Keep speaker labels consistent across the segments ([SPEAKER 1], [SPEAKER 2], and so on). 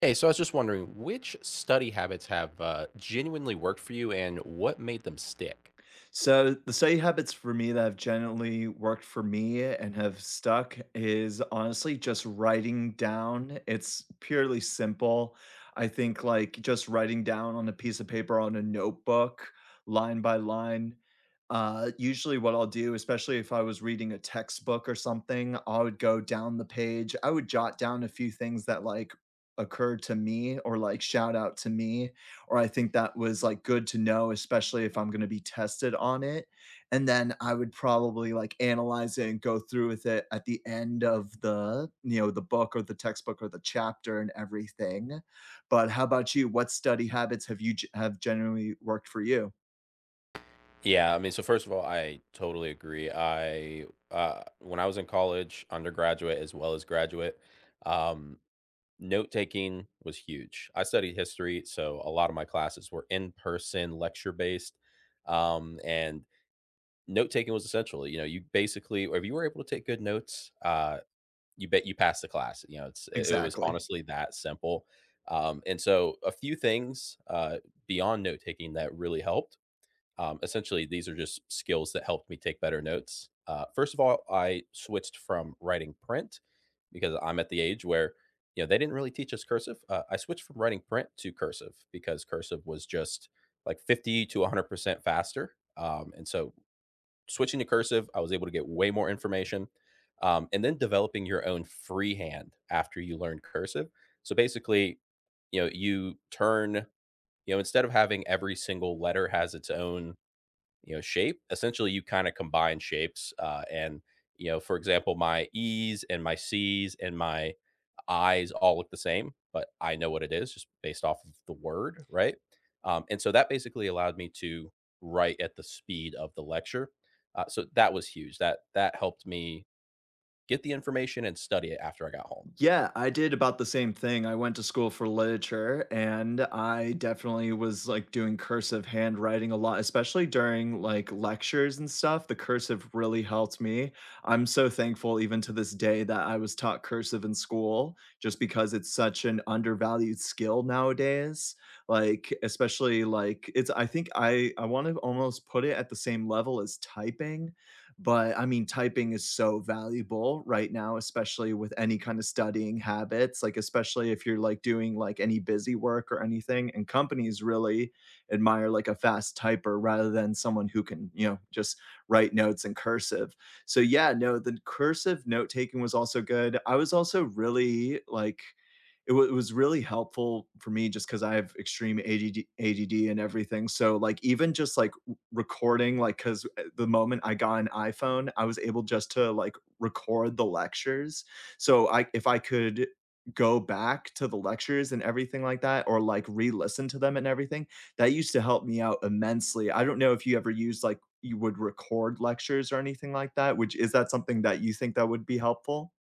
[SPEAKER 1] Hey, so I was just wondering, which study habits have genuinely worked for you and what made them stick?
[SPEAKER 2] So the study habits for me that have generally worked for me and have stuck is honestly just writing down. It's purely simple. I think like just writing down on a piece of paper on a notebook, line by line. Usually, what I'll do, especially if I was reading a textbook or something, I would go down the page. I would jot down a few things that like occurred to me or like shout out to me or I think that was, like, good to know, especially if I'm gonna be tested on it, and then I would probably, like, analyze it and go through with it at the end of the the book or the textbook or the chapter and everything, but how about you? What study habits have generally worked for you?
[SPEAKER 1] Yeah, I mean, so first of all, I totally agree. I When I was in college, undergraduate as well as graduate, um, note taking was huge. I studied history, so a lot of my classes were in person, lecture based, and note taking was essential. You know, you basically, if you were able to take good notes, you bet you pass the class. You know, it was
[SPEAKER 2] Exactly.
[SPEAKER 1] honestly that simple. And so a few things beyond note taking that really helped. Essentially, these are just skills that helped me take better notes. First of all, I switched from writing print because I'm at the age where, you know, they didn't really teach us cursive. I switched from writing print to cursive because cursive was just like 50 to 100% faster. And so switching to cursive, I was able to get way more information. And then developing your own freehand after you learn cursive. So basically, you know, you turn, you know, instead of having every single letter has its own, you know, shape, essentially you kind of combine shapes, and, you know, for example, my e's and my c's and my i's all look the same, but I know what it is just based off of the word, right? And so that basically allowed me to write at the speed of the lecture. So that was huge. That helped me get the information and study it after I got home.
[SPEAKER 2] Yeah, I did about the same thing. I went to school for literature and I definitely was like doing cursive handwriting a lot, especially during like lectures and stuff. The cursive really helped me. I'm so thankful even to this day that I was taught cursive in school just because it's such an undervalued skill nowadays. Like especially like it's, I think I want to almost put it at the same level as typing, but I mean, typing is so valuable right now, especially with any kind of studying habits, like, especially if you're like doing like any busy work or anything. And companies really admire like a fast typer rather than someone who can, you know, just write notes in cursive. So, yeah, no, the cursive note taking was also good. I was also really like, it was really helpful for me just because I have extreme ADD, ADD and everything. So like even just like recording, like because the moment I got an iPhone, I was able just to like record the lectures. So I if I could go back to the lectures and everything like that or like re-listen to them and everything, that used to help me out immensely. I don't know if you ever used like you would record lectures or anything like that, which is that something that you think that would be helpful?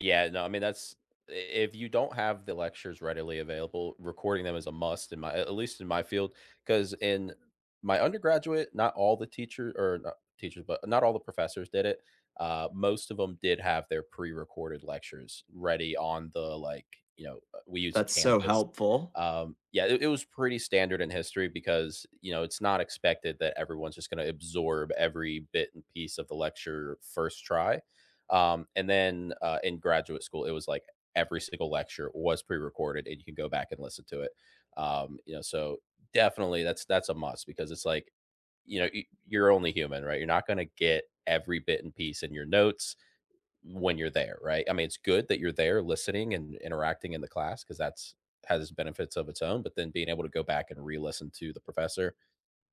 [SPEAKER 1] Yeah, no, I mean, that's, if you don't have the lectures readily available, recording them is a must in my, at least in my field. Because in my undergraduate, not all the teachers, or not teachers, but not all the professors did it. Most of them did have their pre-recorded lectures ready on the, like, you know, we used
[SPEAKER 2] That's so
[SPEAKER 1] Canvas.
[SPEAKER 2] helpful.
[SPEAKER 1] Yeah, it was pretty standard in history because, you know, it's not expected that everyone's just gonna absorb every bit and piece of the lecture first try. And then in graduate school, it was like every single lecture was pre-recorded, and you can go back and listen to it. You know, so definitely that's a must because it's like, you know, you're only human, right? You're not going to get every bit and piece in your notes when you're there, right? I mean, it's good that you're there listening and interacting in the class because that's, has benefits of its own, but then being able to go back and re-listen to the professor,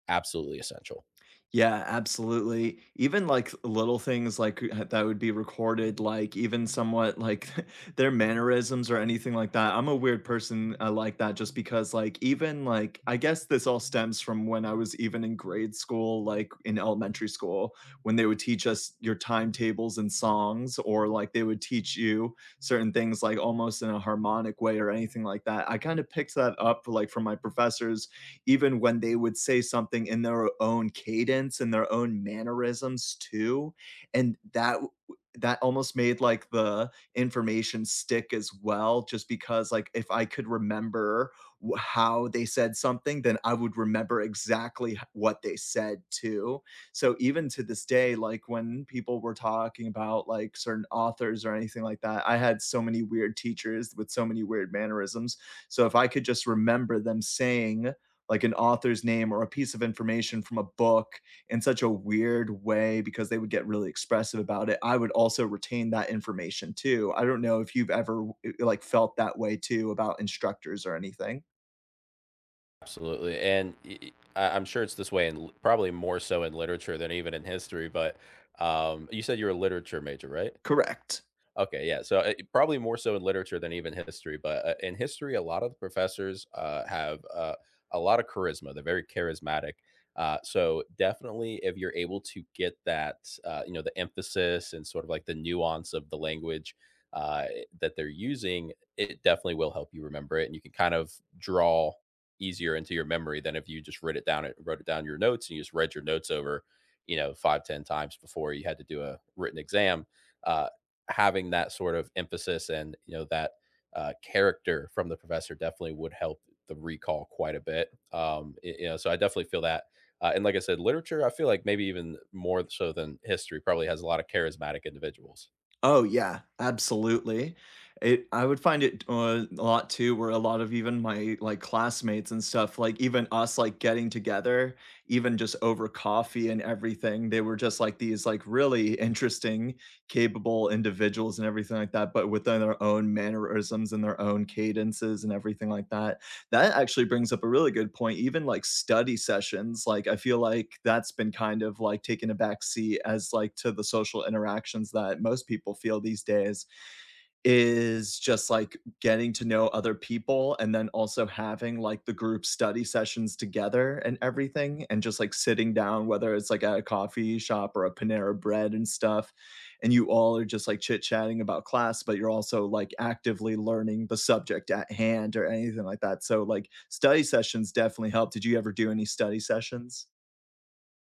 [SPEAKER 1] absolutely essential.
[SPEAKER 2] Yeah, absolutely. Even, like, little things, like, that would be recorded, like, even somewhat, like, their mannerisms or anything like that. I'm a weird person, like that just because, like, even, like, I guess this all stems from when I was even in grade school, like, in elementary school, when they would teach us your timetables and songs, or, like, they would teach you certain things, like, almost in a harmonic way or anything like that. I kinda picked that up, like, from my professors even when they would say something in their own cadence and their own mannerisms too, and that that almost made like the information stick as well just because like if I could remember how they said something, then I would remember exactly what they said too. So even to this day, like when people were talking about like certain authors or anything like that, I had so many weird teachers with so many weird mannerisms, so if I could just remember them saying like an author's name or a piece of information from a book in such a weird way because they would get really expressive about it, I would also retain that information too. I don't know if you've ever like felt that way too about instructors or anything.
[SPEAKER 1] Absolutely. And y- y- I- I'm sure it's this way, and probably more so in literature than even in history. But you said you're a literature major, right?
[SPEAKER 2] Correct.
[SPEAKER 1] Okay, yeah. So probably more so in literature than even history, but in history, a lot of the professors have, a lot of charisma. They're very charismatic. So definitely, if you're able to get that, you know, the emphasis and sort of like the nuance of the language uh, that they're using, it definitely will help you remember it, and you can kind of draw easier into your memory than if you just wrote it down. It wrote it down your notes and you just read your notes over, you know, 5 10 times before you had to do a written exam. Uh, Having that sort of emphasis and, you know, that character from the professor definitely would help the recall quite a bit. You know, so I definitely feel that. And like I said, literature, I feel like maybe even more so than history, probably has a lot of charismatic individuals.
[SPEAKER 2] Oh, yeah, absolutely. It I would find it, a lot too where a lot of even my, like, classmates and stuff, like, even us, like, getting together, even just over coffee and everything, they were just, like, these, like, really interesting, capable individuals and everything like that, but within their own mannerisms and their own cadences and everything like that. That actually brings up a really good point. Even like study sessions, like I feel like that's been kind of like taken a back seat as like to the social interactions that most people feel these days is just like getting to know other people and then also having like the group study sessions together and everything and just like sitting down whether it's like at a coffee shop or a Panera Bread and stuff, and you all are just like chit-chatting about class but you're also like actively learning the subject at hand or anything like that. So like study sessions definitely help. Did you ever do any study sessions?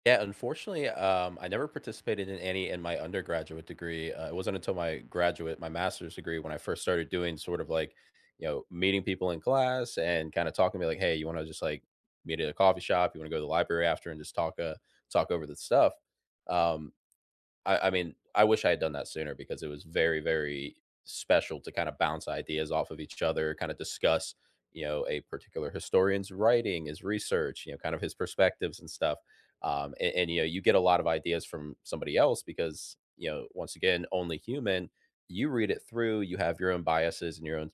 [SPEAKER 1] Yeah, unfortunately, I never participated in any in my undergraduate degree. It wasn't until my graduate, my master's degree, when I first started doing sort of like, you know, meeting people in class and kind of talking to me like, hey, you want to just like meet at a coffee shop? You want to go to the library after and just talk, talk over the stuff. Um, I mean, I wish I had done that sooner because it was very, very special to kind of bounce ideas off of each other, kind of discuss, you know, a particular historian's writing, his research, you know, kind of his perspectives and stuff. And you know, you get a lot of ideas from somebody else because, you know, once again, only human. You read it through, you have your own biases and your own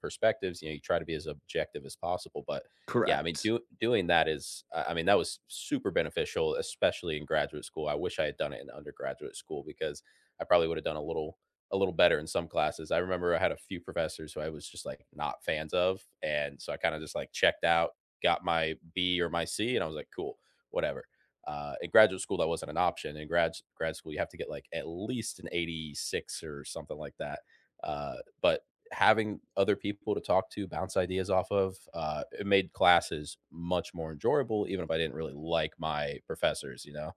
[SPEAKER 1] perspectives. You know, you try to be as objective as possible. But yeah, I mean,
[SPEAKER 2] Correct.
[SPEAKER 1] doing that is, I mean, that was super beneficial, especially in graduate school. I wish I had done it in undergraduate school because I probably would have done a little better in some classes. I remember I had a few professors who I was just like not fans of, and so I kind of just like checked out, got my B or my C, and I was like, cool, whatever. In graduate school, that wasn't an option. In grad school, you have to get like at least an 86 or something like that. Uh, but having other people to talk to, bounce ideas off of, it made classes much more enjoyable, even if I didn't really like my professors, you know?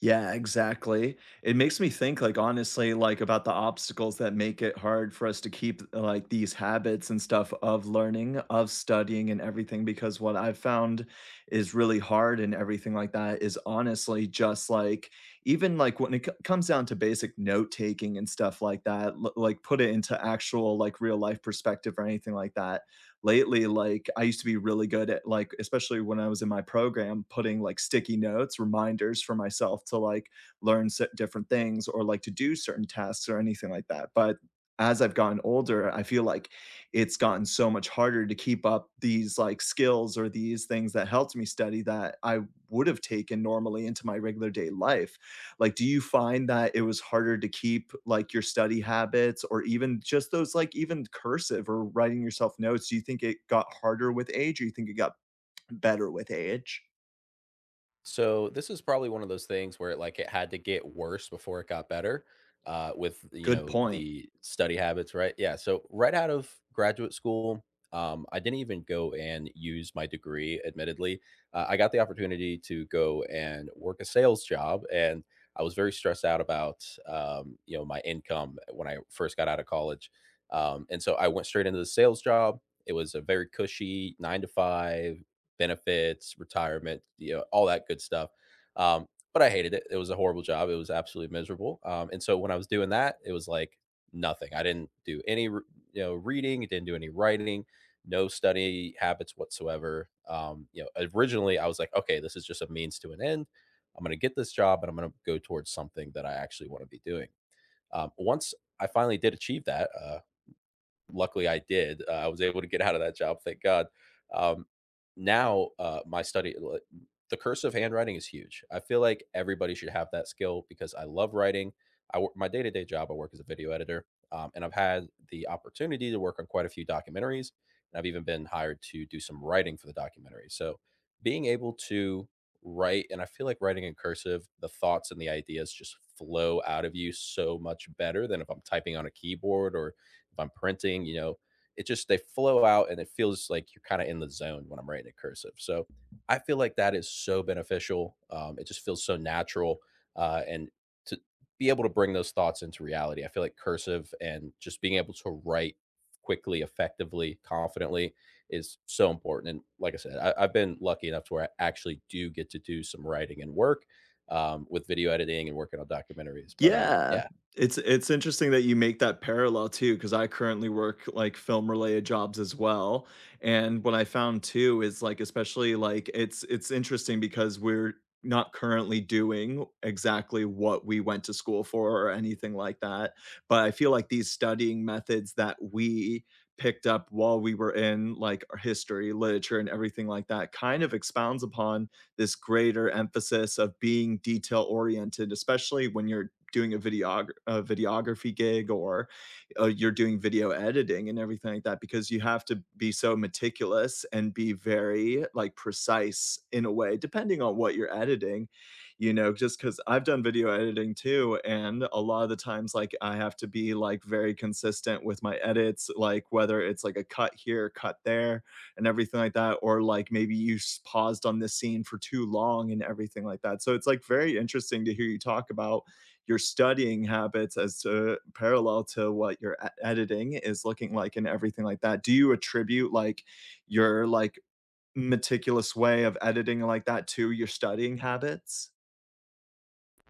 [SPEAKER 2] Yeah, exactly. It makes me think, like, honestly, like, about the obstacles that make it hard for us to keep, like, these habits and stuff of learning, of studying and everything, because what I've found is really hard and everything like that is honestly just, like, even, like, when it co comes down to basic note-taking and stuff like that, l like, put it into actual, like, real life perspective or anything like that lately, like I used to be really good at like, especially when I was in my program, putting like sticky notes, reminders for myself to like different things or like to do certain tasks or anything like that. But as I've gotten older, I feel like it's gotten so much harder to keep up these like skills or these things that helped me study that I would have taken normally into my regular day life. Like, do you find that it was harder to keep, like, your study habits or even just those, like, even cursive or writing yourself notes? Do you think it got harder with age or you think it got better with age?
[SPEAKER 1] So this is probably one of those things where it, like, it had to get worse before it got better with, you
[SPEAKER 2] Good
[SPEAKER 1] know,
[SPEAKER 2] point.
[SPEAKER 1] the study habits, right? Yeah. So right out of graduate school, I didn't even go and use my degree. Admittedly, I got the opportunity to go and work a sales job, and I was very stressed out about, you know, my income when I first got out of college, and so I went straight into the sales job. It was a very cushy nine to five, benefits, retirement, you know, all that good stuff. Um, but I hated it. It was a horrible job. It was absolutely miserable. And so when I was doing that, it was like nothing. I didn't do any, re- You know, reading. Didn't do any writing. No study habits whatsoever. You know, originally I was like, okay, this is just a means to an end. I'm going to get this job, and I'm going to go towards something that I actually want to be doing. Once I finally did achieve that, luckily I did. I was able to get out of that job, thank God. Um, Now the cursive handwriting is huge. I feel like everybody should have that skill because I love writing. I work my day to day job. I work as a video editor, and I've had the opportunity to work on quite a few documentaries, and I've even been hired to do some writing for the documentary. So being able to write, and I feel like writing in cursive, the thoughts and the ideas just flow out of you so much better than if I'm typing on a keyboard or if I'm printing, you know, it just, they flow out and it feels like you're kind of in the zone when I'm writing in cursive. So I feel like that is so beneficial. It just feels so natural. And to be able to bring those thoughts into reality, I feel like cursive and just being able to write quickly, effectively, confidently is so important. And like I said, I've been lucky enough to where I actually do get to do some writing and work with video editing and working on documentaries. But
[SPEAKER 2] Yeah.
[SPEAKER 1] yeah,
[SPEAKER 2] It's interesting that you make that parallel too, because I currently work like film related jobs as well. And what I found too is like especially like it's interesting because we're not currently doing exactly what we went to school for or anything like that. But I feel like these studying methods that we picked up while we were in like our history, literature, and everything like that kind of expounds upon this greater emphasis of being detail oriented, especially when you're doing a videography gig or you're doing video editing and everything like that because you have to be so meticulous and be very like precise in a way depending on what you're editing, you know, just because I've done video editing too and a lot of the times like I have to be like very consistent with my edits, like whether it's like a cut here cut there and everything like that or like maybe paused on this scene for too long and everything like that. So it's like very interesting to hear you talk about your studying habits as to parallel to what your editing is looking like and everything like that. Do you attribute like your like meticulous way of editing like that to your studying habits?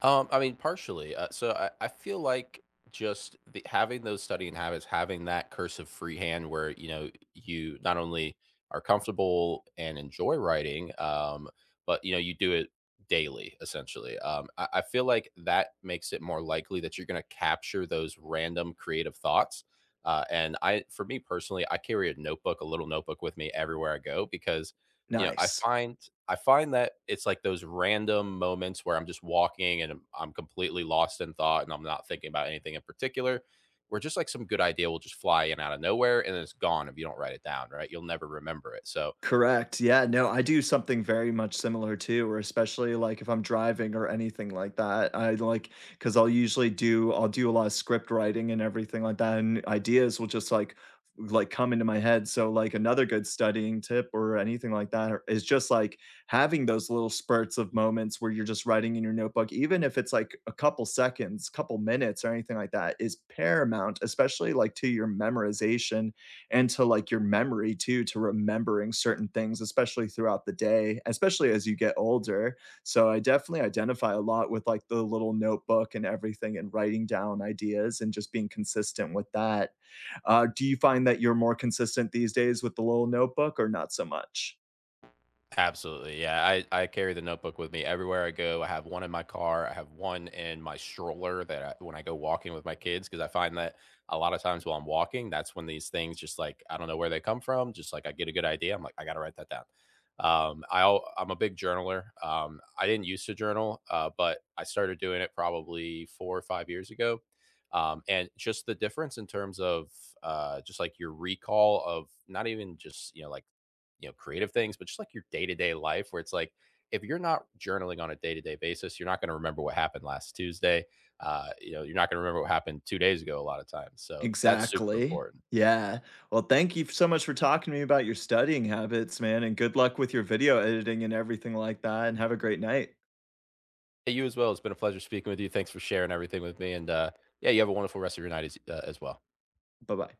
[SPEAKER 1] I mean, partially. So I feel like just the, having those studying habits, having that cursive freehand where, you know, you not only are comfortable and enjoy writing, but, you know, you do it daily, essentially. I feel like that makes it more likely that you're going to capture those random creative thoughts. For me personally, I carry a notebook, a little notebook with me everywhere I go because, you know,
[SPEAKER 2] Nice.
[SPEAKER 1] I find that it's like those random moments where I'm just walking I'm completely lost in thought and I'm not thinking about anything in particular, where just like some good idea will just fly in out of nowhere and then it's gone if you don't write it down, right? You'll never remember it. So
[SPEAKER 2] Correct, yeah, no, I do something very much similar too, or especially, like, if I'm driving or anything like that, I like because 'cause I'll usually do I'll do a lot of script writing and everything like that, and ideas will just, like, come into my head, so, like, another good studying tip or anything like that or is just, like, having those little spurts of moments where you're just writing in your notebook, even if it's, like, a couple seconds, couple minutes or anything like that, is paramount, especially, like, to your memorization and to like your memory too to remembering certain things especially throughout the day, especially as you get older. So I definitely identify a lot with like the little notebook and everything and writing down ideas and just being consistent with that. Do you find that you're more consistent these days with the little notebook or not so much?
[SPEAKER 1] absolutely. Yeah. I carry the notebook with me everywhere I go. I have one in my car. I have one in my stroller that I, when I go walking with my kids, because I find that a lot of times while I'm walking, that's when these things just like, I don't know where they come from. Just like I get a good idea. I'm like, I got to write that down. I'm a big journaler. I didn't used to journal, but I started doing it probably 4 or 5 years ago. And just the difference in terms of, just like your recall of not even just, you know, like, you know, creative things, but just like your day to day life where it's like, if you're not journaling on a day to day basis, you're not going to remember what happened last Tuesday. You know, you're not going to remember what happened 2 days ago a lot of times. So that's super
[SPEAKER 2] Exactly.
[SPEAKER 1] important.
[SPEAKER 2] Yeah. Well, thank you so much for talking to me about your studying habits, man, and good luck with your video editing and everything like that, and have a great night.
[SPEAKER 1] Hey, you as well. It's been a pleasure speaking with you. Thanks for sharing everything with me. And yeah, you have a wonderful rest of your night as well.
[SPEAKER 2] Bye bye.